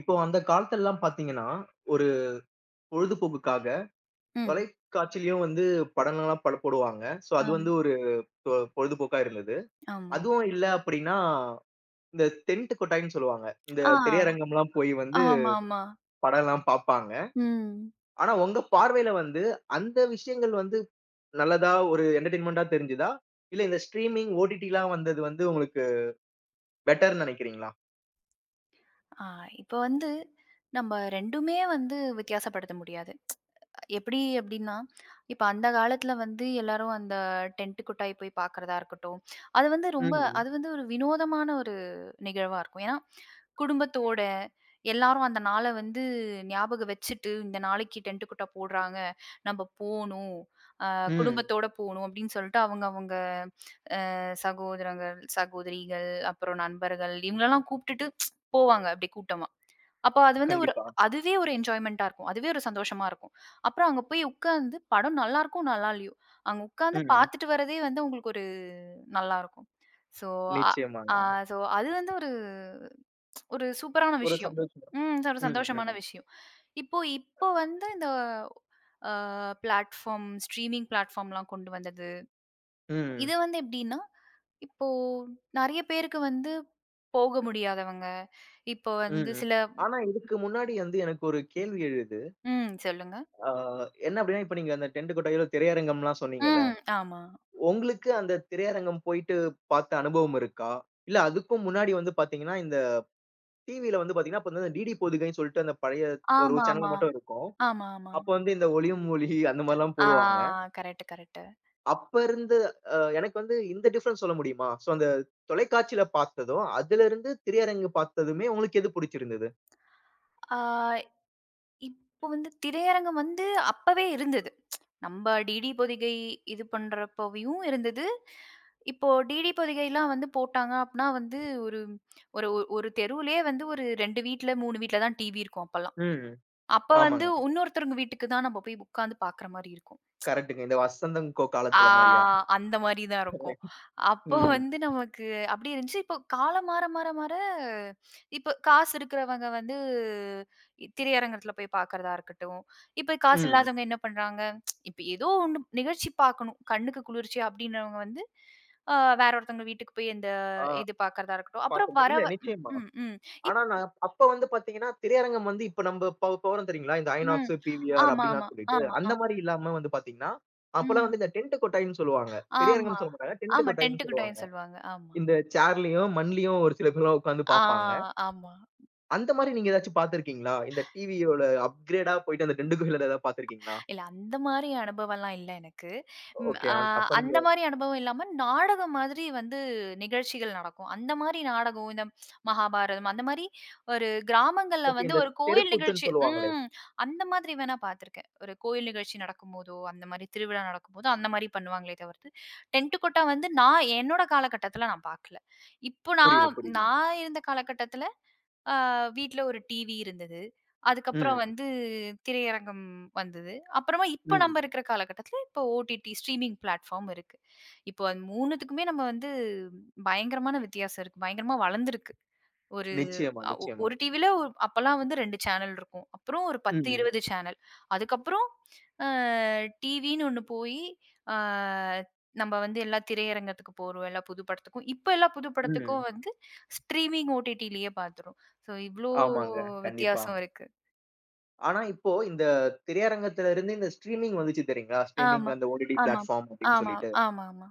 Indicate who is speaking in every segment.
Speaker 1: இப்போ அந்த காலத்துலலாம் பார்த்தீங்கன்னா, ஒரு பொழுதுபோக்குக்காக
Speaker 2: ம்.
Speaker 1: தொலைக்காட்சியிலயும் வந்து படங்கள்லாம் பட போடுவாங்க. சோ அது
Speaker 2: ஆமா,
Speaker 1: வந்து ஒரு பொ பொழுதுபோக்கா இருந்தது.
Speaker 2: ஆமா.
Speaker 1: அதுவும் இல்ல அப்படின்னா, இந்த டென்ட் கொட்டாய்ன்னு சொல்லுவாங்க. இந்த
Speaker 2: ஆ,
Speaker 1: திரையரங்கம்லாம் போய் வந்து
Speaker 2: ஆமாமா.
Speaker 1: படம்லாம் பார்ப்பாங்க.
Speaker 2: ம்.
Speaker 1: ஆனா உங்க பார்வையில வந்து அந்த விஷயங்கள் வந்து நல்லதா ஒரு என்டர்டெயின்மென்ட்டா தெரிஞ்சுதா? இல்ல இந்த ஸ்ட்ரீமிங், ஓடிடிலாம் வந்தது வந்து உங்களுக்கு பெட்டர்ன்னு நெனைக்கிறீங்களா?
Speaker 2: ஆ இப்ப வந்து நம்ம 2மே வந்து வித்தியாசப்படுத்த முடியாது. எப்படி அப்படின்னா, இப்ப அந்த காலத்துல வந்து எல்லாரும் அந்த டென்ட் கொட்டாய் போய் பார்க்கறதா இருக்கட்டும், அது வந்து ரொம்ப
Speaker 1: ம்.
Speaker 2: அது வந்து ஒரு வினோதமான ஒரு நிகழ்வா இருக்கும். ஏன்னா, குடும்பத்தோட எல்லாரும் அந்த நாள வந்து ஞாபகம் வச்சுட்டு, இந்த நாளைக்கு டென்ட் கொட்டா போடுறாங்க, நம்ம போணும், அ
Speaker 1: ம்.
Speaker 2: குடும்பத்தோட போணும் அப்படின்னு சொல்லிட்டு அவங்க அவங்க சகோதரங்கள், சகோதரிகள், அப்புறம் நண்பர்கள் இவங்களலாம் கூப்பிட்டுட்டு போவாங்க அப்படியே கூட்டமா. அப்ப அது வந்து ஒரு
Speaker 1: கண்டிப்பா.
Speaker 2: அதுவே ஒரு என்ஜாய்மென்ட்டா இருக்கும். அதுவே ஒரு சந்தோஷமா இருக்கும். அப்புறம் அங்க போய் உட்கார்ந்து படம் நல்லா இருக்கோ, நல்லா இல்லையோ, அங்க உட்கார்ந்து
Speaker 1: ம்.
Speaker 2: பார்த்துட்டு வரதே வந்து உங்களுக்கு ஒரு நல்லா இருக்கும். ஸோ அ அ
Speaker 1: நிச்சயமாங்க.
Speaker 2: ஸோ அது வந்து ஒரு ஒரு சூப்பரான
Speaker 1: ஒரு
Speaker 2: விஷயம்.
Speaker 1: சந்தோஷம்.
Speaker 2: ம். ஒரு
Speaker 1: ம்.
Speaker 2: சந்தோஷமான
Speaker 1: ம்.
Speaker 2: விஷயம். இப்போ இப்போ வந்து இந்த அ பிளாட்ஃபார்ம், ஸ்ட்ரீமிங் பிளாட்ஃபார்ம்லாம் கொண்டு வந்தது.
Speaker 1: ம்.
Speaker 2: இது வந்து எப்படின்னா, இப்போ நெறைய பேருக்கு வந்து போக முடியாதவங்க, இப்போ வந்து
Speaker 1: ம்.
Speaker 2: சில.
Speaker 1: ஆனா, இதுக்கு முன்னாடி வந்து எனக்கு ஒரு கேள்வி எழுது.
Speaker 2: ம். சொல்லுங்க.
Speaker 1: ஆ என்ன அப்டின்னா, இப்ப நீங்க அந்த டென்ட் கொட்டாயில திரையரங்கம்லாம் சொன்னீங்கல்ல.
Speaker 2: ம். ஆமா.
Speaker 1: உங்களுக்கு அந்த திரையரங்கம் போயிட்டு பார்த்த அனுபவம் இருக்கா? இல்ல அதுக்கும் முன்னாடி வந்து பார்த்தீங்கன்னா, இந்த டிவில வந்து பார்த்தீங்கன்னா, அப்ப வந்து டிடி போதுகைன்னு சொல்லிட்டு அந்த பழைய ஒரு சேனல்
Speaker 2: ஆமாமா.
Speaker 1: மட்டும் இருக்கும்.
Speaker 2: ஆமாமா.
Speaker 1: அப்ப வந்து இந்த ஒளியும் ஒளி அந்த மாரிலாம்
Speaker 2: ஆ
Speaker 1: போடுவாங்க.
Speaker 2: Correct, correct.
Speaker 1: அப்ப இருந்து எனக்கு வந்து இந்த டிஃபரன்ஸ் சொல்ல முடியுமா? சோ அந்த தொலைக்காட்சியில பார்த்ததும், அதிலிருந்து திரையரங்கு பார்த்ததுமே உங்களுக்கு எது புடிச்சிருந்தது?
Speaker 2: ஆ இப்போ வந்து திரையரங்கம் வந்து அப்பவே இருந்தது. நம்ம டிடி பொதிகை இது பண்றப்பவும் இருந்தது. இப்போ டிடி பொதிகைலாம் வந்து போட்டாங்க அப்பன்னா வந்து ஒரு ஒரு ஒரு தெருவுலயே வந்து ஒரு 2 வீட்ல, 3 வீட்ல தான் டிவி இருக்கும் அப்பல்லாம்.
Speaker 1: ம்.
Speaker 2: அப்ப வந்து
Speaker 1: ஆமாங்க.
Speaker 2: இன்னொருத்தவங்க வீட்டுக்கு தான் நம்ம போய் உட்காந்து பாக்குற மாரி இருக்கும்.
Speaker 1: கரெக்ட்டுங்க. இந்த வசந்தம் கோ
Speaker 2: ஆ
Speaker 1: காலத்துல மாரியா?
Speaker 2: அந்த மாரி தான் இருக்கும். அப்போ
Speaker 1: ம்ஹ்ம்.
Speaker 2: வந்து நமக்கு அப்படி இருந்துச்சு. இப்போ காலம் மாற மாற மாற இப்போ காசு இருக்கிறவங்க வந்து திரையரங்கத்துல போய் பாக்குறதா இருக்கட்டும். இப்ப காசு
Speaker 1: ம்.
Speaker 2: இல்லாதவங்க என்ன பண்றாங்க? இப்ப ஏதோ ஒண்ணு நிகழ்ச்சி பார்க்கணும். கண்ணுக்கு குளிர்ச்சி அப்படின்றவங்க வந்து அ வேற ஒருத்தவங்க வீட்டுக்கு போய் இந்த
Speaker 1: ஆ
Speaker 2: இது பாக்குறதா இருக்கட்டும். அப்புறம்
Speaker 1: பாக்குறது. இல்ல நிச்சயமா.
Speaker 2: ம், ம். இப்
Speaker 1: ஆனா நான் அப்ப வந்து பாத்தீங்கன்னா, திரையரங்கம் வந்து இப்ப நம்ப இப்ப இப்ப வரும் தெரியுங்களா? இந்த
Speaker 2: ம்.
Speaker 1: ஐநாக்ஸு, பிவிஆர்
Speaker 2: ஆமா,
Speaker 1: அப்படிலாம்
Speaker 2: ஆமா,
Speaker 1: சொல்லிட்டு,
Speaker 2: ஆமா,
Speaker 1: அந்த
Speaker 2: ஆமா.
Speaker 1: மாரி இல்லாம வந்து பாத்தீங்கன்னா, அப்பலாம்
Speaker 2: ம்.
Speaker 1: வந்து இந்த டென்ட்டு கொட்டாய்ன்னு சொல்லுவாங்க. திரையரங்கம்
Speaker 2: ஆமா.
Speaker 1: சொல்ல மாட்டாங்க. டென்ட்டு
Speaker 2: ஆமா. 10
Speaker 1: கொட்டாய்ன்னு
Speaker 2: டுக்கு
Speaker 1: சொல்லுவாங்க.
Speaker 2: 10 சொல்லுவாங்க. ஆமா.
Speaker 1: இந்த சேர்லயும், மண்லயும் ஒரு சில பேர்லாம் உட்கார்ந்து
Speaker 2: ஆ,
Speaker 1: பாப்பாங்க.
Speaker 2: ஆமா.
Speaker 1: அந்த மாரி நீங்க ஏதாச்சும் பாத்துருக்கீங்களா? இந்த டிவியோட அப்கிரேடா போயிட்டு அந்த டென்ட்டு குகைல ஏதாவது பாத்துருக்கீங்களா?
Speaker 2: இல்ல அந்த மாரி அனுபவம்லாம் இல்ல எனக்கு. ம்
Speaker 1: ஓகே.
Speaker 2: அ
Speaker 1: அப்ப நீங்க
Speaker 2: அந்த மாரி அனுபவம் இல்லாம நாடகம் மாதிரி வந்து நிகழ்ச்சிகள் நடக்கும். அந்த மாரி நாடகம் இந்த மகாபாரதம் அந்த மாரி ஒரு கிராமங்கள்ல
Speaker 1: ஓகே
Speaker 2: வந்து
Speaker 1: இந்த
Speaker 2: ஒரு கோயில்
Speaker 1: தெருக்கூத்துன்னு
Speaker 2: நிகழ்ச்சி
Speaker 1: சொல்லுவாங்களே.
Speaker 2: ம் அந்த மாதிரி வேணா பார்த்துருக்கேன். ஒரு கோயில் நிகழ்ச்சி நடக்கும்போதோ, அந்த மாரி திருவிழா நடக்கும்போதோ அந்த மாரி பண்ணுவாங்களே தவிர்த்து, டென்ட் கொட்டா வந்து நான் என்னோட காலகட்டத்தில நான் பார்க்கல. இப்போ
Speaker 1: புரியுது,
Speaker 2: நான்
Speaker 1: புரியுது.
Speaker 2: நான் இருந்த காலகட்டத்தில அ வீட்ல ஒரு டிவி இருந்தது. அதுக்கப்புறம்
Speaker 1: ம்.
Speaker 2: வந்து திரையரங்கம் வந்தது. அப்புறமா இப்ப நம்ம
Speaker 1: ம்.
Speaker 2: இருக்கிற காலகட்டத்துல இப்போ ஓடிடி ஸ்ட்ரீமிங் பிளாட்ஃபார்ம் இருக்கு. இப்போ அது 3த்துக்குமே நம்ம வந்து பயங்கரமான வித்தியாசம் இருக்கு. பயங்கரமா வளர்ந்திருக்கு. ஒரு
Speaker 1: நிச்சயமா,
Speaker 2: அ ஒ
Speaker 1: நிச்சயமா.
Speaker 2: ஒரு டிவில ஒ அப்பலாம் வந்து 2 சேனல் இருக்கும். அப்புறம் ஒரு 10,
Speaker 1: ம்.
Speaker 2: 20 சேனல். அதுக்கப்புறம் அ டிவின்னு ஒண்ணு போயி, அ நம்ம வந்து எல்லா திரையரங்கத்துக்கு போறோம். எல்லா புது படத்துக்கும். இப்ப எல்லா புது படத்துக்கும்
Speaker 1: ம்.
Speaker 2: வந்து ஸ்ட்ரீமிங் ஓடிடிலயே பார்த்துறோம். ஸோ இவ்ளோ
Speaker 1: ஆமாங்க. கண்டிப்பா.
Speaker 2: வித்தியாசம் இருக்கு.
Speaker 1: ஆனா இப்போ இந்த திரையரங்கத்துல இருந்து இந்த ஸ்ட்ரீமிங் வந்துச்சு தெரியுங்களா? ஸ்ட்ரீமிங்
Speaker 2: ஆமா.
Speaker 1: அந்த ஓடிடி
Speaker 2: ஆமா.
Speaker 1: பிளாட்ஃபார்ம் அப்படின்னு
Speaker 2: ஆமா,
Speaker 1: சொல்லிட்டு.
Speaker 2: ஆமாமா.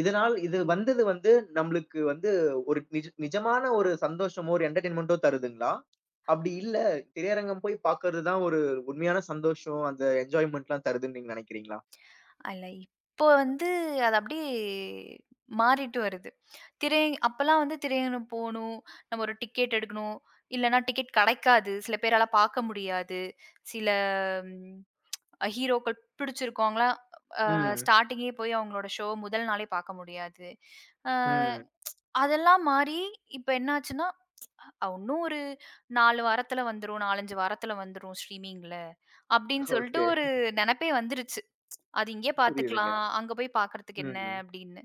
Speaker 1: இதனால் இது வந்தது வந்து நம்மளுக்கு வந்து ஒரு நிஜ நிஜமான ஒரு சந்தோஷமோ, ஒரு என்டர்டெயின்மென்ட்டோ தருதுங்களா? அப்படி இல்ல திரையரங்கம் போய் பார்க்கறது தான் ஒரு உண்மையான சந்தோஷம், அந்த என்ஜாய்மென்ட்லாம் தருதுன்னு நீங்க நினைக்கிறீங்களா?
Speaker 2: அல்ல. இப்போ வந்து அது அப்படியே மாறிட்டு வருது. திரை அப்பலாம் வந்து திரையரங்கம் போணும். நம்ம ஒரு டிக்கெட் எடுக்கணும். இல்லன்னா டிக்கெட் கிடைக்காது. சில பேரால பார்க்க முடியாது. சில ம் ஹீரோக்கள் பிடிச்சிருக்கவங்கலாம்
Speaker 1: ம்.
Speaker 2: ஸ்டார்ட்டிங்கே போய் அவங்களோட ஷோ முதல் நாளே பார்க்க முடியாது. அ
Speaker 1: ம்.
Speaker 2: அதெல்லாம் மாறி இப்ப என்னாச்சுன்னா, இன்னும் ஒரு 4 வாரத்துல வந்துரும். 4, 5 வாரத்துல வந்துரும் ஸ்ட்ரீமிங்ல" அப்படின்னு சொல்லிட்டு
Speaker 1: ஓகே.
Speaker 2: ஒரு நெனப்பே வந்துருச்சு. அது இங்கேயே
Speaker 1: புரியுதுங்க.
Speaker 2: பார்த்துக்கலாம். அங்க போய் பார்க்கறதுக்கு என்ன
Speaker 1: ம்.
Speaker 2: அப்படின்னு.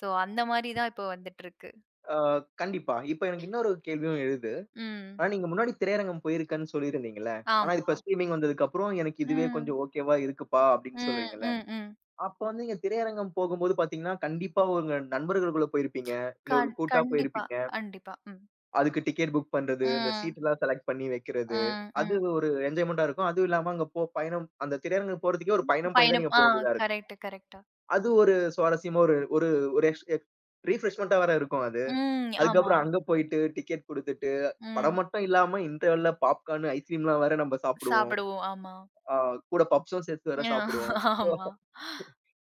Speaker 2: சோ, அந்த மாரி தான் இப்போ வந்துட்டுருக்கு.
Speaker 1: ஆ கண்டிப்பா. இப்ப எனக்கு இன்னொரு கேள்வியும் எழுது.
Speaker 2: ம்.
Speaker 1: ஆனா நீங்க முன்னாடி திரையரங்கம் போயிருக்கேன்னு சொல்லியிருந்தீங்கல்ல. ஆனா
Speaker 2: ஆமா.
Speaker 1: இப்ப ஸ்ட்ரீமிங் வந்ததுக்கு அப்புறம் எனக்கு இதுவே
Speaker 2: ம்.
Speaker 1: கொஞ்சம் ஓகேவா இருக்குப்பா அப்படின்னு
Speaker 2: ம்.
Speaker 1: சொல்றீங்கல்ல.
Speaker 2: ம். ம்.
Speaker 1: அப்ப வந்து நீங்க திரையரங்கம் போகும்போது பார்த்தீங்கன்னா, கண்டிப்பா உங்க நண்பர்களுக்குள்ள போயிருப்பீங்க. இல்ல ஒரு கூட்டா
Speaker 2: கண்டிப்பா,
Speaker 1: போயிருப்பீங்க.
Speaker 2: கண்டிப்பா. ம்.
Speaker 1: அதுக்கு டிக்கெட் புக் பண்றது, இந்த
Speaker 2: ம்.
Speaker 1: சீட்லாம் செலக்ட் பண்ணி வைக்கிறது.
Speaker 2: ம்.
Speaker 1: அது
Speaker 2: ம்.
Speaker 1: ஒரு என்ஜாய்மென்ட்டா இருக்கும். அதுவும் இல்லாம அங்க பயணம் அந்த திரையரங்கம் போறதுக்கே ஒரு பயணம் பண்ணி தான்
Speaker 2: பயணம்.
Speaker 1: நீங்க வேண்டியதா இருக்கும்.
Speaker 2: கரெக்ட்டு, கரெக்ட்டா.
Speaker 1: அது ஒரு சுவாரஸ்யமா ஒரு ஒரு ஒரு எக்ஸ் எக்ஸ் ரீஃப்ரெஷ்மென்ட்டா வேற இருக்கும் அது.
Speaker 2: ம். ஆமா.
Speaker 1: அதுக்கப்புறம் அங்க போயிட்டு, டிக்கெட் குடுத்துட்டு,
Speaker 2: ம்.
Speaker 1: படம் மட்டும் இல்லாம இன்டர்வல்ல பாப்கார்ன், ஐஸ்கிரீம்லாம் வேற நம்ம சாப்பிடுவோம்.
Speaker 2: சாப்பிடுவோம். ஆமா.
Speaker 1: ஆ கூட பப்ஸும் சேர்த்து வேற
Speaker 2: அ
Speaker 1: சாப்பிடுவோம். சோ,
Speaker 2: ஆமா.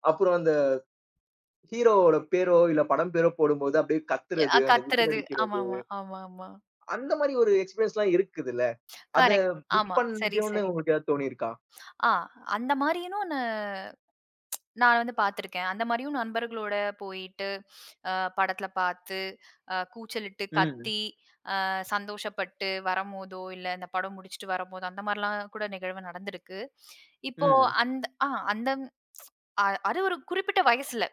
Speaker 1: அப்புறம் அந்த ஹீரோவோட பேரோ, இல்ல படம் பேரோ போடும்போது அப்படியே
Speaker 2: எ- அ
Speaker 1: கத்துறது, அந்த விசில்
Speaker 2: கத்துறது.
Speaker 1: அடிக்கிறது,
Speaker 2: ஆமாமா, ஆமாமா.
Speaker 1: அந்த மாரி ஒரு எக்ஸ்பீரியன்ஸ்லாம் இருக்குதுல்ல. அத
Speaker 2: கரெக்ட்.
Speaker 1: மிஸ்
Speaker 2: ஆமா. சரி,
Speaker 1: பண்ணிட்டோம்ன்னு
Speaker 2: சரி.
Speaker 1: உங்களுக்கு ஏதாவது தோணியிருக்கா?
Speaker 2: ஆ அந்த மாரினும் நான் நான் வந்து பார்த்துருக்கேன். அந்த மாரியும் நண்பர்களோட போயிட்டு, அ படத்துல பார்த்து, கூச்சலிட்டு,
Speaker 1: ம்,
Speaker 2: கத்தி, சந்தோஷப்பட்டு வரம்போதோ, இல்ல இந்த படம் முடிச்சுட்டு வரம்போதோ, அந்த மாரிலாம் கூட நிகழ்வு நடந்திருக்கு. இப்போ
Speaker 1: ம்.
Speaker 2: அந்த ஆ அந்த அ அது ஒரு குறிப்பிட்ட வயசுல.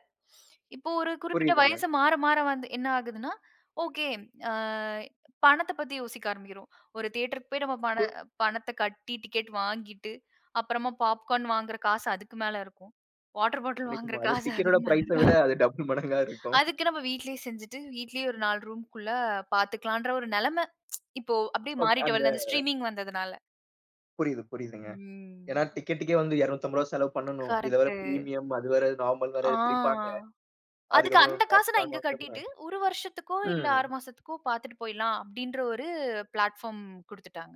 Speaker 2: இப்போ ஒரு குறிப்பிட்ட
Speaker 1: புரியுதுங்க.
Speaker 2: வயசு மாற, மாற வந்து என்ன ஆகுதுன்னா, ஓகே, அ பணத்த பத்தி யோசிக்க ஆரம்பிக்கிறோம். ஒரு தியேட்டருக்கு போய் நம்ம பண
Speaker 1: கு
Speaker 2: பணத்த கட்டி டிக்கெட் வாங்கிட்டு, அப்புறமா பாப்கார்ன் வாங்குற காசு அதுக்கு மேல இருக்கும். வாட்டர் பாட்டில் வாங்குற
Speaker 1: நிச்சயமா. அது
Speaker 2: காசு
Speaker 1: டிக்கெட்டோட
Speaker 2: அதுக்கு மேல
Speaker 1: பிரைஸ விட
Speaker 2: இருக்கும்.
Speaker 1: அது டபுள் மடங்கா இருக்கும்.
Speaker 2: அதுக்கு நம்ம வீட்லயே செஞ்சுட்டு, வீட்லயே ஒரு 4 ரூம்க்குள்ள பார்த்துக்கலான்ற ஒரு நெலைம. இப்போ அப்படியே
Speaker 1: ஓகே.
Speaker 2: மாறிட்டு
Speaker 1: அந்த
Speaker 2: வருது அந்த ஸ்ட்ரீமிங் வந்ததுனால.
Speaker 1: புரியுது, புரியுதுங்க. ஏன்னா
Speaker 2: ம்.
Speaker 1: டிக்கெட்டுக்கே வந்து ரூ. 250 செலவு பண்ணணும். இதுல வேற
Speaker 2: கரெக்ட்டு.
Speaker 1: பிரீமியம், அது வேற நார்மல் வேற
Speaker 2: ஆ.
Speaker 1: பிரிப்பாங்க.
Speaker 2: அதுக்கு
Speaker 1: அதுக்கப்புறம்
Speaker 2: அந்த காச நான்
Speaker 1: பாப்கார்ன்
Speaker 2: இங்க
Speaker 1: வாங்குறதுல
Speaker 2: கட்டிட்டு, 1 வருஷத்துக்கோ, இல்ல
Speaker 1: ம்.
Speaker 2: 6 மாசத்துக்கோ பாத்துட்டு போயிடலாம் அப்டின்ற ஒரு பிளாட்ஃபார்ம் குடுத்துட்டாங்க.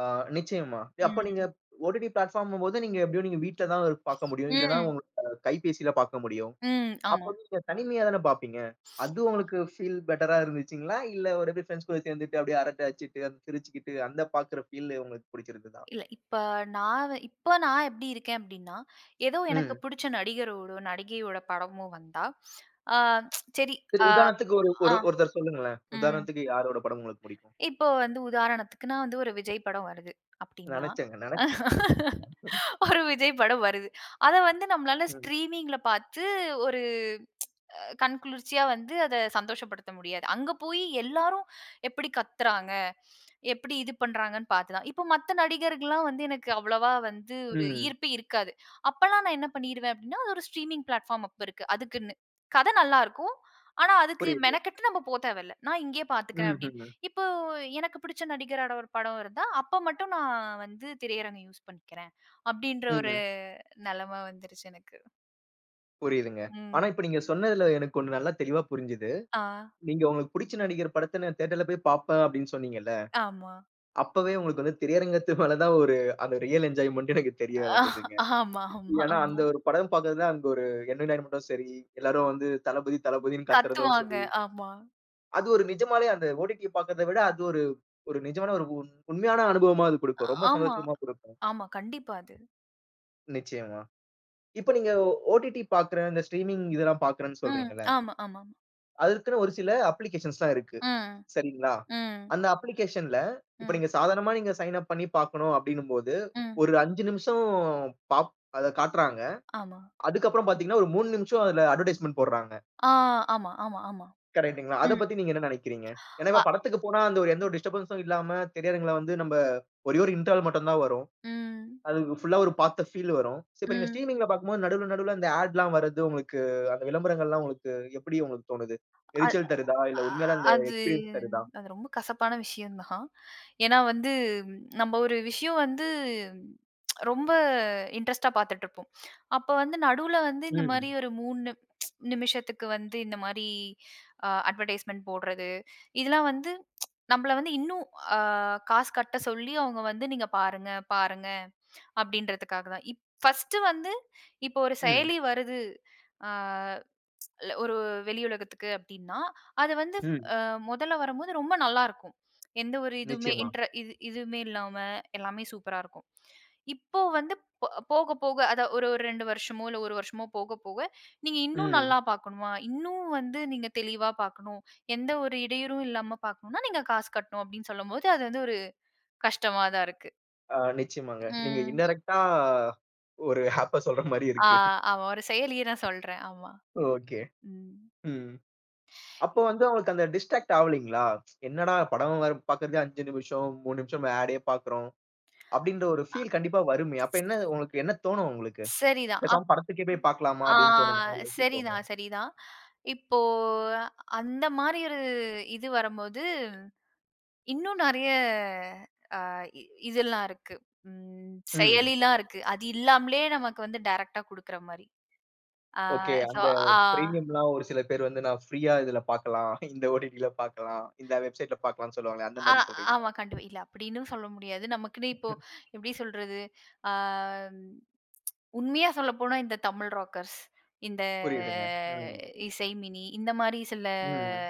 Speaker 1: ஆ நிச்சயமா. அப்ப நீங்க
Speaker 2: ம்.
Speaker 1: ஓடிடி பிளாட்ஃபார்ம்ங்கும்போது நீங்க எப்படியும் நீங்க வீட்ல தான் பாக்க முடியும். இல்லன்னா
Speaker 2: ம்.
Speaker 1: உங்க கைபேசியில பாக்க முடியும்.
Speaker 2: ம்.
Speaker 1: அப்போ
Speaker 2: ஆமா.
Speaker 1: வந்து நீங்க தனிமையா தானே பாப்பீங்க. அது உங்களுக்கு ஃபீல் பெட்டரா இருந்துச்சுங்களா? இல்ல ஒரு எப்படி ஃபிரெண்ட்ஸ் கூட சேர்ந்துட்டு அப்படியே அரட்டை அடிச்சுட்டு, சிரிச்சுக்கிட்டு அந்த பாக்குற ஃபீல் உங்களுக்கு புடிச்சிருந்ததா?
Speaker 2: இல்ல, இப்ப நான் வ இப்ப நான் எப்டி இருக்கேன் அப்டின்னா, ஏதோ எனக்கு
Speaker 1: ம்.
Speaker 2: புடிச்ச நடிகரோட, நடிகையோட படமோ வந்தா, ஆ சரி.
Speaker 1: சரி
Speaker 2: ஆ
Speaker 1: உதாரணத்துக்கு ஒரு
Speaker 2: ஆ
Speaker 1: ஒரு ஒருத்தர் சொல்லுங்களேன்.
Speaker 2: ம்.
Speaker 1: உதாரணத்துக்கு யாரோட படம் உங்களுக்கு புடிக்கும்?
Speaker 2: இப்போ வந்து உதாரணத்துக்குன்னா வந்து ஒரு விஜய் படம் வருது அப்டின்னா,
Speaker 1: நெனச்சேங்க. நெனச்சேன். நென
Speaker 2: ஒரு விஜய் படம் வருது. அத வந்து நம்மளால
Speaker 1: ம்.
Speaker 2: ஸ்ட்ரீமிங்ல பாத்து ஒரு கண் குளிர்ச்சியா வந்து அத சந்தோஷப்படுத்த முடியாது. அங்க போயி எல்லாரும் எப்படி கத்துறாங்க, எப்படி இது பண்றாங்கன்னு பார்த்து தான். இப்ப மத்த நடிகர்கள்லாம் வந்து எனக்கு அவ்வளவா வந்து ஒரு
Speaker 1: ம்.
Speaker 2: ஈர்ப்பே இருக்காது. அப்பலாம் நான் என்ன பண்ணிருவேன் அப்டின்னா, அது ஒரு ஸ்ட்ரீமிங் பிளாட்ஃபார்ம் அப்ப இருக்கு. அதுக்குன்னு. கதை நல்லா இருக்கும். ஆனா, அதுக்கு
Speaker 1: புரியுது.
Speaker 2: மெனக்கெட்டு நம்ம போ தேவையில்ல. நான் இங்கேயே பார்த்துக்கிறேன்
Speaker 1: ம்,
Speaker 2: அப்படின்னு.
Speaker 1: ம்,
Speaker 2: இப்போ எனக்கு பிடிச்ச நடிகரோட ஒரு படம் இருந்தா, அப்ப மட்டும் நான் வந்து திரையரங்கம் யூஸ் பண்ணிக்கிறேன். அப்படின்ற ஒரு
Speaker 1: ம்.
Speaker 2: நெலம வந்துருச்சு எனக்கு.
Speaker 1: புரியுதுங்க. ஆனா
Speaker 2: ம்.
Speaker 1: இப்ப நீங்க சொன்னதுல எனக்கு ஒண்ணு நல்லா தெளிவா புரிஞ்சுது.
Speaker 2: ஆ.
Speaker 1: நீங்க உங்களுக்கு புடிச்ச நடிகர் படத்த நான் தியேட்டர்ல போய் பார்ப்பேன் அப்படின்னு சொன்னீங்கல்ல.
Speaker 2: ஆமா.
Speaker 1: அப்பவே உங்களுக்கு வந்து திரையரங்கத்து மேல தான் ஒரு அந்த ரியல் என்ஜாய்மென்ட் எனக்கு தெரிய
Speaker 2: ஆஹ்
Speaker 1: வந்ததுங்க.
Speaker 2: ஆமா, ஆமா,
Speaker 1: ஏன்னா அந்த
Speaker 2: ஆமா.
Speaker 1: ஒரு படம் பார்க்கறதுல அங்க ஒரு என்டர்டெயின்மென்ட்டும் சரி, எல்லாரும் வந்து தளபதி தளபதின்னு கத்துறதும்
Speaker 2: கத்துவாங்க.
Speaker 1: சரி,
Speaker 2: ஆமா.
Speaker 1: அது ஒரு நிஜமாலே அந்த ஓடிடி பார்க்கறத விட அது ஒரு ஒரு நிஜமான ஒரு உண்மையான அனுபவமா அது குடுக்கும். ரொம்ப
Speaker 2: ஆமா,
Speaker 1: சந்தோஷமா குடுக்கும்.
Speaker 2: ஆமா. கண்டிப்பா அது.
Speaker 1: நிச்சயமா. இப்ப நீங்க ஓடிடி பார்க்குற இந்த ஸ்ட்ரீமிங் இதெல்லாம் பார்க்குறேன்னு
Speaker 2: ம்.
Speaker 1: சொல்றீங்கல்ல.
Speaker 2: ஆமா, ஆமா, ஆமா.
Speaker 1: அதற்குன்னு ஒரு சில அப்ளிகேஷன்ஸ்லாம் இருக்கு.
Speaker 2: ம்,
Speaker 1: சரிங்களா?
Speaker 2: ம்,
Speaker 1: அந்த அப்ளிகேஷன்ல இப்ப
Speaker 2: ம்,
Speaker 1: நீங்க சாதாரணமா நீங்க சைன் அப் பண்ணி பார்க்கணும் அப்டின்னும்போது,
Speaker 2: ம்.
Speaker 1: ஒரு 5 நிமிஷம் பாப் அத காட்டுறாங்க.
Speaker 2: ஆமா.
Speaker 1: அதுக்கப்புறம் பார்த்தீங்கன்னா, ஒரு 3 நிமிஷம் அதுல அட்வர்டைஸ்மென்ட் போடுறாங்க.
Speaker 2: ஆ ஆமா, ஆமா, ஆமா.
Speaker 1: கரெக்ட்டுங்களா? அத
Speaker 2: ம்.
Speaker 1: பத்தி நீங்க என்ன நினைக்கிறீங்க? ஏன்னா,
Speaker 2: அ
Speaker 1: இப்ப படத்துக்கு போனா அந்த ஒரு எந்த ஒரு டிஸ்டர்பன்ஸும் இல்லாம திரையரங்குல வந்து நம்ம ஒரே ஒரு இன்டர்வல் மட்டும் தான் வரும்.
Speaker 2: ம்,
Speaker 1: அது ஃபுல்லா ஒரு பார்த்த ஃபீல் வரும். சோ, இப்ப நீங்க
Speaker 2: ம்.
Speaker 1: ஸ்ட்ரீமிங்ல பார்க்கும்போது நடுவுல நடுவுல அந்த ஆட்லாம் வரது உங்களுக்கு அந்த விளம்பரங்கள்லாம் உங்களுக்கு எப்படி உங்களுக்கு தோணுது? எரிச்சல் தருதா?
Speaker 2: அ
Speaker 1: இல்ல உண்மையாலே அந்த
Speaker 2: அது
Speaker 1: எக்ஸ்பீரியன்ஸ் தருதா?
Speaker 2: அது ரொம்ப கசப்பான விஷயம் தான். ஏன்னா வந்து நம்ம ஒரு விஷயம் வந்து ரொம்ப இன்ட்ரெஸ்ட்டா பார்த்துட்டுருப்போம். அப்ப வந்து நடுவுல வந்து இந்த
Speaker 1: ம்,
Speaker 2: மாரி ஒரு 3 நிமிஷத்துக்கு வந்து இந்த மாரி அட்வர்டைஸ்மென்ட் போடுறது, இதெல்லாம் வந்து நம்மள வந்து இன்னும் அ காசு கட்ட சொல்லி அவங்க வந்து "நீங்க பாருங்க, பாருங்க" அப்படின்றதுக்காக தான். ஃபர்ஸ்ட்டு வந்து இப்போ ஒரு
Speaker 1: ம்,
Speaker 2: செயலி வருது, அ ல ஒரு வெளி உலகத்துக்கு அப்படின்னா, அது வந்து
Speaker 1: ம்.
Speaker 2: முதல்ல வரும்போது ரொம்ப நல்லாருக்கும். எந்த ஒரு இதுவுமே
Speaker 1: நிச்சயமா.
Speaker 2: இன்ட்ர இது இதுவுமே இல்லாம எல்லாமே சூப்பரா இருக்கும். இப்போ வந்து போக போக அதான் ஒரு ஒரு 2 வருஷமோ, இல்ல 1 வருஷமோ போக போக, நீங்க இன்னும்
Speaker 1: ம்.
Speaker 2: நல்லா பார்க்கணுமா? இன்னும் வந்து நீங்க தெளிவா பார்க்கணும். எந்த ஒரு இடையூறும் இல்லாம பார்க்கணும்னா, நீங்க காசு கட்டணும் அப்படின்னு சொல்லும்போது, அது வந்து ஒரு கஷ்டமா தான் இருக்கு.
Speaker 1: ஆ நிச்சயமாங்க. நீங்க
Speaker 2: ம்.
Speaker 1: இன்டேரக்ட்டா ஒரு ஹேப்பா சொல்ற மாரி
Speaker 2: ஆ
Speaker 1: இருக்கு.
Speaker 2: ஆமா. ஒரு செயலிய நான் சொல்றேன். ஆமா.
Speaker 1: ஓகே.
Speaker 2: ம்.
Speaker 1: ம். அப்போ வந்து அவங்களுக்கு அந்த டிஸ்ட்ராக்ட் ஆவலீங்களா? என்னடா படம் வேற பாக்குறதே 5 நிமிஷம், 3 நிமிஷம் ஆடே பாக்குறோம். அப்படின்ற ஒரு ஃபீல் கண்டிப்பா வருமே. அப்ப என்ன உங்களுக்கு என்ன தோணும் உங்களுக்கு?
Speaker 2: சரிதான். அப்
Speaker 1: பேசாம படத்துக்கே போய் பாக்கலாமா
Speaker 2: ஆ
Speaker 1: அப்படின்னு தோணுமா? இல்ல எப்படி தோணும்?
Speaker 2: சரிதான், சரிதான். இப்போ அந்த மாரி ஒரு இது வரும்போது, இன்னும் நெறைய அ இ இதெல்லாம் இருக்கு.
Speaker 1: ம்.
Speaker 2: செயலிலாம் இருக்கு. அது இல்லாமலே நமக்கு வந்து டைரக்ட்டா குடுக்குற மாரி. ஆ
Speaker 1: ஓகே.
Speaker 2: சோ.
Speaker 1: அந்த
Speaker 2: ஆ
Speaker 1: பிரீமியம்லாம் ஒரு சில பேர் வந்து நான் ஃப்ரீயா இதுல பாக்கலாம். இந்த ஓடிடில பாக்கலாம். இந்த வெப்சைட்ல பாக்கலாம்னு சொல்லுவாங்களே, அந்த
Speaker 2: ஆ
Speaker 1: மாரி சொல்றீங்களா?
Speaker 2: ஆமா, கண்டிப்பா. இல்ல அப்டின்னும் சொல்ல முடியாது. நமக்குன்னு இப்போ எப்டி சொல்றது? ஆ ம், உண்மையா சொல்லப்போனா இந்த தமிழ் ராக்கர்ஸ், இந்த
Speaker 1: புரியுதுங்க. ம்.
Speaker 2: இசை மினி இந்த மாரி சில
Speaker 1: ம்.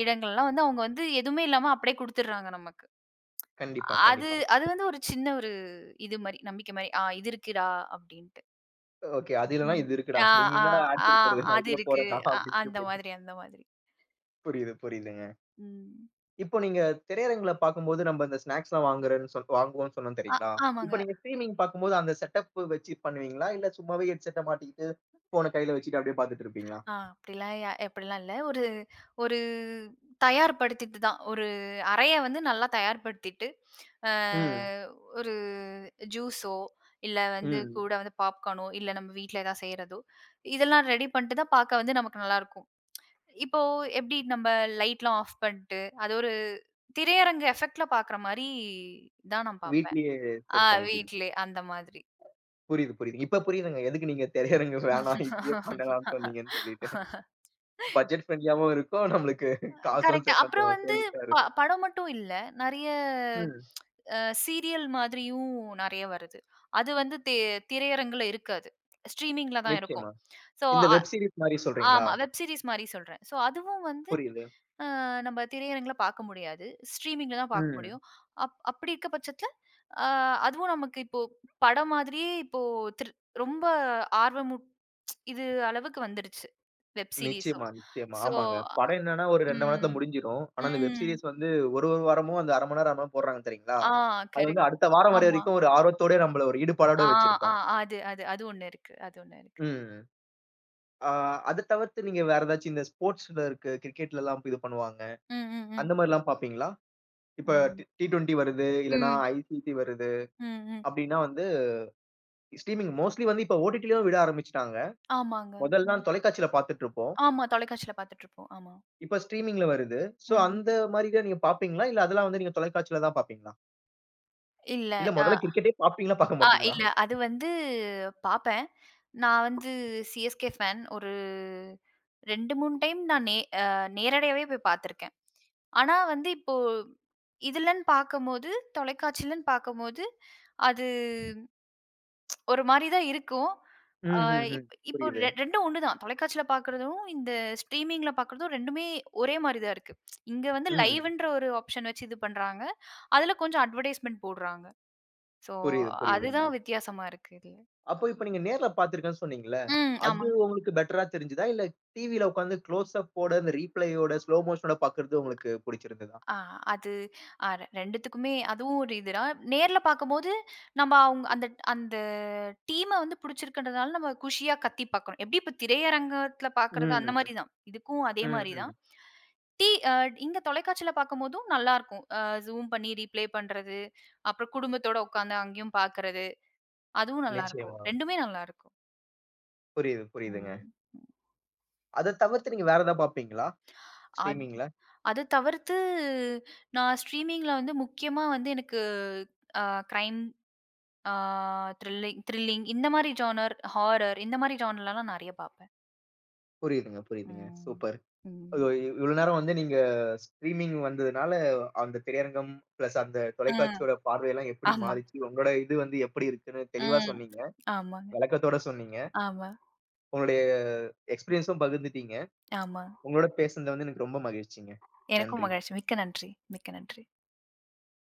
Speaker 2: இடங்கள்லாம் வந்து அவங்க வந்து எதுவுமே இல்லாம அப்டியே குடுத்துடுறாங்க நமக்கு.
Speaker 1: கண்டிப்பா,
Speaker 2: அது
Speaker 1: கண்டிப்பா.
Speaker 2: அது வந்து ஒரு சின்ன ஒரு இது மாரி, நம்பிக்கை மாரி. இது இருக்குடா அப்டின்ட்டு.
Speaker 1: ஓகே. அது இல்லன்னா
Speaker 2: ம்.
Speaker 1: இது இருக்குடா.
Speaker 2: ஆ,
Speaker 1: நீங்க
Speaker 2: ஆ,
Speaker 1: என்னடா ஆட்
Speaker 2: ஆ
Speaker 1: குடுக்குறது? நான்
Speaker 2: அது
Speaker 1: இதுல
Speaker 2: இருக்கு.
Speaker 1: போறேன்டா அப்டின்ட்டு
Speaker 2: அந்த மாதிரி, அந்த மாதிரி.
Speaker 1: புரியுது, புரியுதுங்க.
Speaker 2: ம்.
Speaker 1: இப்போ நீங்க திரையரங்குல பார்க்கும்போது நம்ம இந்த ஸ்நாக்ஸ்லாம் வாங்குறேன்னு வாங்குவோம்ன்னு சொன்னோம்
Speaker 2: அ
Speaker 1: தெரியுங்களா?
Speaker 2: ஆமாங்க.
Speaker 1: இப்ப நீங்க ஸ்ட்ரீமிங் பார்க்கும்போது அந்த செட்டப் வச்சு பண்ணுவீங்களா? இல்ல சும்மாவே ஹெட்செட்ட மாட்டிக்கிட்டு, ஃபோன கையில வச்சுட்டு அப்டியே பார்த்துட்டு இருப்பீங்களா?
Speaker 2: அப்டிலாம் இல்ல. ஒரு ஒரு தயார்படுத்திட்டு தான். ஒரு அறைய வந்து நல்லா தயார்படுத்திட்டு, அ
Speaker 1: ம்,
Speaker 2: ஒரு ஜூஸோ, இல்ல வந்து
Speaker 1: ம்.
Speaker 2: கூட வந்து பாப்கார்னோ, இல்ல நம்ம வீட்ல ஏதாவது செய்றதோ, இதெல்லாம் ரெடி பண்ணிட்டு தான் பாக்க வந்து நமக்கு நல்லாருக்கும். இப்போ எப்படி நம்ம லைட்லாம் ஆஃப் பண்ணிட்டு, அது ஒரு திரையரங்கு எஃபெக்ட்ல பாக்குற மாரி தான் நான் பாப்பேன்.
Speaker 1: வீட்லயே செட் பண்ணிப்பீங்க.
Speaker 2: வீட்லயே அந்த மாதிரி.
Speaker 1: புரியுது, புரியுது. இப்ப புரியுதுங்க. எதுக்கு நீங்க திரையரங்கு வேணாம் இங்கேயே பண்ணலாம்ன்னு சொன்னீங்கன்னு சொல்லிட்டு. பட்ஜெட் ஃப்ரெண்ட்லியாவும் இருக்கும். நம்மளுக்கு காசும்
Speaker 2: கரெக்ட். அப்புறம்
Speaker 1: கொஞ்சம்
Speaker 2: வந்து
Speaker 1: சேமிப்பா இருக்கும்.
Speaker 2: படம் மட்டும் இல்ல. நெறைய
Speaker 1: ம்.
Speaker 2: அ சீரியல் மாதிரியும் நெறைய வருது. அது வந்து திரையரங்குல இருக்காது. ஸ்ட்ரீமிங்ல தான் இருக்கும்.
Speaker 1: நிச்சயமா.
Speaker 2: சோ
Speaker 1: இந்த வெப் சீரிஸ் மாரி சொல்றீங்களா?
Speaker 2: ஆமா. வெப் சீரிஸ் மாரி சொல்றேன். சோ அதுவும் வந்து
Speaker 1: புரியுது.
Speaker 2: அ நம்ம திரையரங்குல பார்க்க முடியாது. ஸ்ட்ரீமிங்ல தான் பார்க்க முடியும்.
Speaker 1: ம்.
Speaker 2: அப்படி இருக்க பட்சத்தில, அ அதுவும் நமக்கு இப்போ படம் மாதிரியே இப்போ திரு ரொம்ப ஆர்வமூ இது அளவுக்கு வந்துருச்சு. வெப் சீரிஸும்.
Speaker 1: நிச்சயமா, நிச்சயமா.
Speaker 2: சோ
Speaker 1: ஆமாங்க. படம் என்னன்னா ஒரு 2 மணி நேரத்துல
Speaker 2: ம்.
Speaker 1: முடிஞ்சிரும். ஆனா அந்த வெப்
Speaker 2: ம்.
Speaker 1: சீரிஸ் வந்து ஒரு ஒரு வாரமும் அந்த 1/2 மணி நேரம், 1/2 மணி நேரம் போடுறாங்க தெரியுங்களா?
Speaker 2: ஆ
Speaker 1: அது
Speaker 2: கரெக்ட்.
Speaker 1: வந்து அடுத்த வாரம் வர
Speaker 2: ஆமா.
Speaker 1: வரைக்கும் ஒரு ஆர்வத்தோட நம்மள ஒரு ஈடுபாடோட
Speaker 2: ஆ, ஆ
Speaker 1: வச்சிருப்பாங்க.
Speaker 2: அது, அது, அது ஒண்ணு இருக்கு. அது ஒண்ணு இருக்கு.
Speaker 1: ம். ஆ அத தவிர்த்து நீங்க வேற ஏதாச்சும் இந்த ஸ்போர்ட்ஸ்ல இருக்கு கிரிக்கெட்லலாம் இது பண்ணுவாங்க.
Speaker 2: ம், ம், ம்.
Speaker 1: அந்த மாரிலாம் பார்ப்பீங்களா? இப்ப
Speaker 2: ம்.
Speaker 1: டி20 வருது, இல்லன்னா
Speaker 2: ம்.
Speaker 1: ஐசிசி வருது.
Speaker 2: ம், ம்.
Speaker 1: அப்டின்னா வந்து ஸ்ட்ரீமிங் மோஸ்ட்லி வந்து இப்ப ஓடிடிலயும் விட ஆரம்பிச்சுட்டாங்க.
Speaker 2: ஆமாங்க. ம்.
Speaker 1: மொதல்லாம் தொலைக்காட்சியில பார்த்துட்டு இருப்போம்.
Speaker 2: ஆமா, தொலைக்காட்சியில பார்த்துட்டுருப்போம். ஆமா.
Speaker 1: இப்ப ஸ்ட்ரீமிங்ல வருது. சோ
Speaker 2: ம்.
Speaker 1: அந்த மாரிலாம் நீங்க பார்ப்பீங்களா? இல்ல அதெல்லாம் வந்து நீங்க தொலைக்காட்சியில தான் பார்ப்பீங்களா?
Speaker 2: இல்ல.
Speaker 1: இல்ல மொதல்ல
Speaker 2: அ
Speaker 1: கிரிக்கெட்டே பார்ப்பீங்களா? பார்க்க
Speaker 2: அ
Speaker 1: மாட்டீங்களா?
Speaker 2: இல்ல. அது வந்து பாப்பேன். நான் வந்து சிஎஸ்கே ஃபேன். ஒரு 2, 3 டைம் நான் நே அ நேரடியாவே போய் பார்த்துருக்கேன். ஆனா வந்து இப்போ இதுலன்னு பார்க்கும்போது, தொலைக்காட்சிலன்னு பார்க்கும்போது, அது ஒரு மாரி தான் இருக்கும். அ
Speaker 1: ம், ம், ம்.
Speaker 2: இப் இப்போ
Speaker 1: புரியுது.
Speaker 2: 2ம் ஒண்ணு தான். தொலைக்காட்சியில பார்க்குறதும், இந்த ஸ்ட்ரீமிங்ல பார்க்குறதும் 2மே ஒரே மாரி தான் இருக்கு. இங்க வந்து
Speaker 1: ம்.
Speaker 2: லைவ்ன்ற ஒரு ஆப்ஷன் வச்சு இது பண்றாங்க. அதுல கொஞ்சம் அட்வர்டைஸ்மென்ட் போடுறாங்க. ஸோ
Speaker 1: புரியுது, புரியுதுங்க.
Speaker 2: அதுதான் வித்தியாசமா இருக்கு இதுல.
Speaker 1: அப்போ இப்ப நீங்க நேர்ல பார்த்திருக்கேன்னு சொன்னீங்கல்ல.
Speaker 2: ம்.
Speaker 1: அது
Speaker 2: ஆமாங்க.
Speaker 1: உங்களுக்கு பெட்டரா தெரிஞ்சுதா? இல்ல டிவில உட்கார்ந்து க்ளோஸ் அப்போட, அந்த ரீப்ளேயோட, ஸ்லோ மோஷனோட பார்க்கறது உங்களுக்கு புடிச்சிருந்ததா?
Speaker 2: ஆ அது அ 2த்துக்குமே அதுவும் ஒரு இது தான். நேர்ல பார்க்கும்போது, நம்ம அவங்க அந்த அந்த டீம வந்து புடிச்சிருக்குன்றதுனால நம்ம குஷியா கத்தி பார்க்குறோம். எப்படி இப்ப திரையரங்கத்துல பார்க்குறது அந்த
Speaker 1: ம்,
Speaker 2: மாரி தான். இதுக்கும் அதே
Speaker 1: ம்,
Speaker 2: மாரி தான்.
Speaker 1: ம்.
Speaker 2: டி அ இங்க தொலைக்காட்சியில பார்க்கும்போதும் நல்லாருக்கும். ஜூம் பண்ணி ரீப்ளே பண்றது, அப்புறம் குடும்பத்தோட உட்காந்து அங்கேயும் பார்க்குறது, அதுவும் நல்லாருக்கும்.
Speaker 1: நிச்சயமா.
Speaker 2: 2மே நல்லாருக்கும்.
Speaker 1: புரியுது, புரியுதுங்க.
Speaker 2: ம்.
Speaker 1: அத தவிர்த்து நீங்க வேற ஏதாவது பார்ப்பீங்களா?
Speaker 2: அத்
Speaker 1: ஸ்ட்ரீமிங்ல?
Speaker 2: அது தவிர்த்து நான் ஸ்ட்ரீமிங்ல வந்து முக்கியமா வந்து எனக்கு அ கிரைம், ஆ த்ரில்லிங் த்ரில்லிங் இந்த மாரி ஜானர், ஹாரர் இந்த மாரி ஜானர்லலாம் நெறைய பார்ப்பேன்.
Speaker 1: புரியுதுங்க, புரியுதுங்க.
Speaker 2: ம்.
Speaker 1: சூப்பர். ஓ!
Speaker 2: ம்.
Speaker 1: இவ்ளோ நேரம் வந்து நீங்க ஸ்ட்ரீமிங் வந்ததுனால, அந்த திரையரங்கம் பிளஸ் அந்த
Speaker 2: ம்.
Speaker 1: தொலைக்காட்சியோட பார்வையெல்லாம் எப்படி
Speaker 2: ஆமா.
Speaker 1: மாறிச்சு? உங்களோட இது வந்து எப்படி இருக்குன்னு தெளிவா
Speaker 2: ம்.
Speaker 1: சொன்னீங்க.
Speaker 2: ஆமாங்க.
Speaker 1: விளக்கத்தோட சொன்னீங்க.
Speaker 2: ஆமா,
Speaker 1: உங்களுடைய எக்ஸ்பீரியன்ஸும் பகிர்ந்துட்டீங்க.
Speaker 2: ஆமா.
Speaker 1: உங்களோட பேசுனது வந்து எனக்கு ரொம்ப மகிழ்ச்சிங்க.
Speaker 2: எனக்கும்
Speaker 1: நன்றி.
Speaker 2: மகிழ்ச்சி. மிக்க நன்றி. மிக்க நன்றி.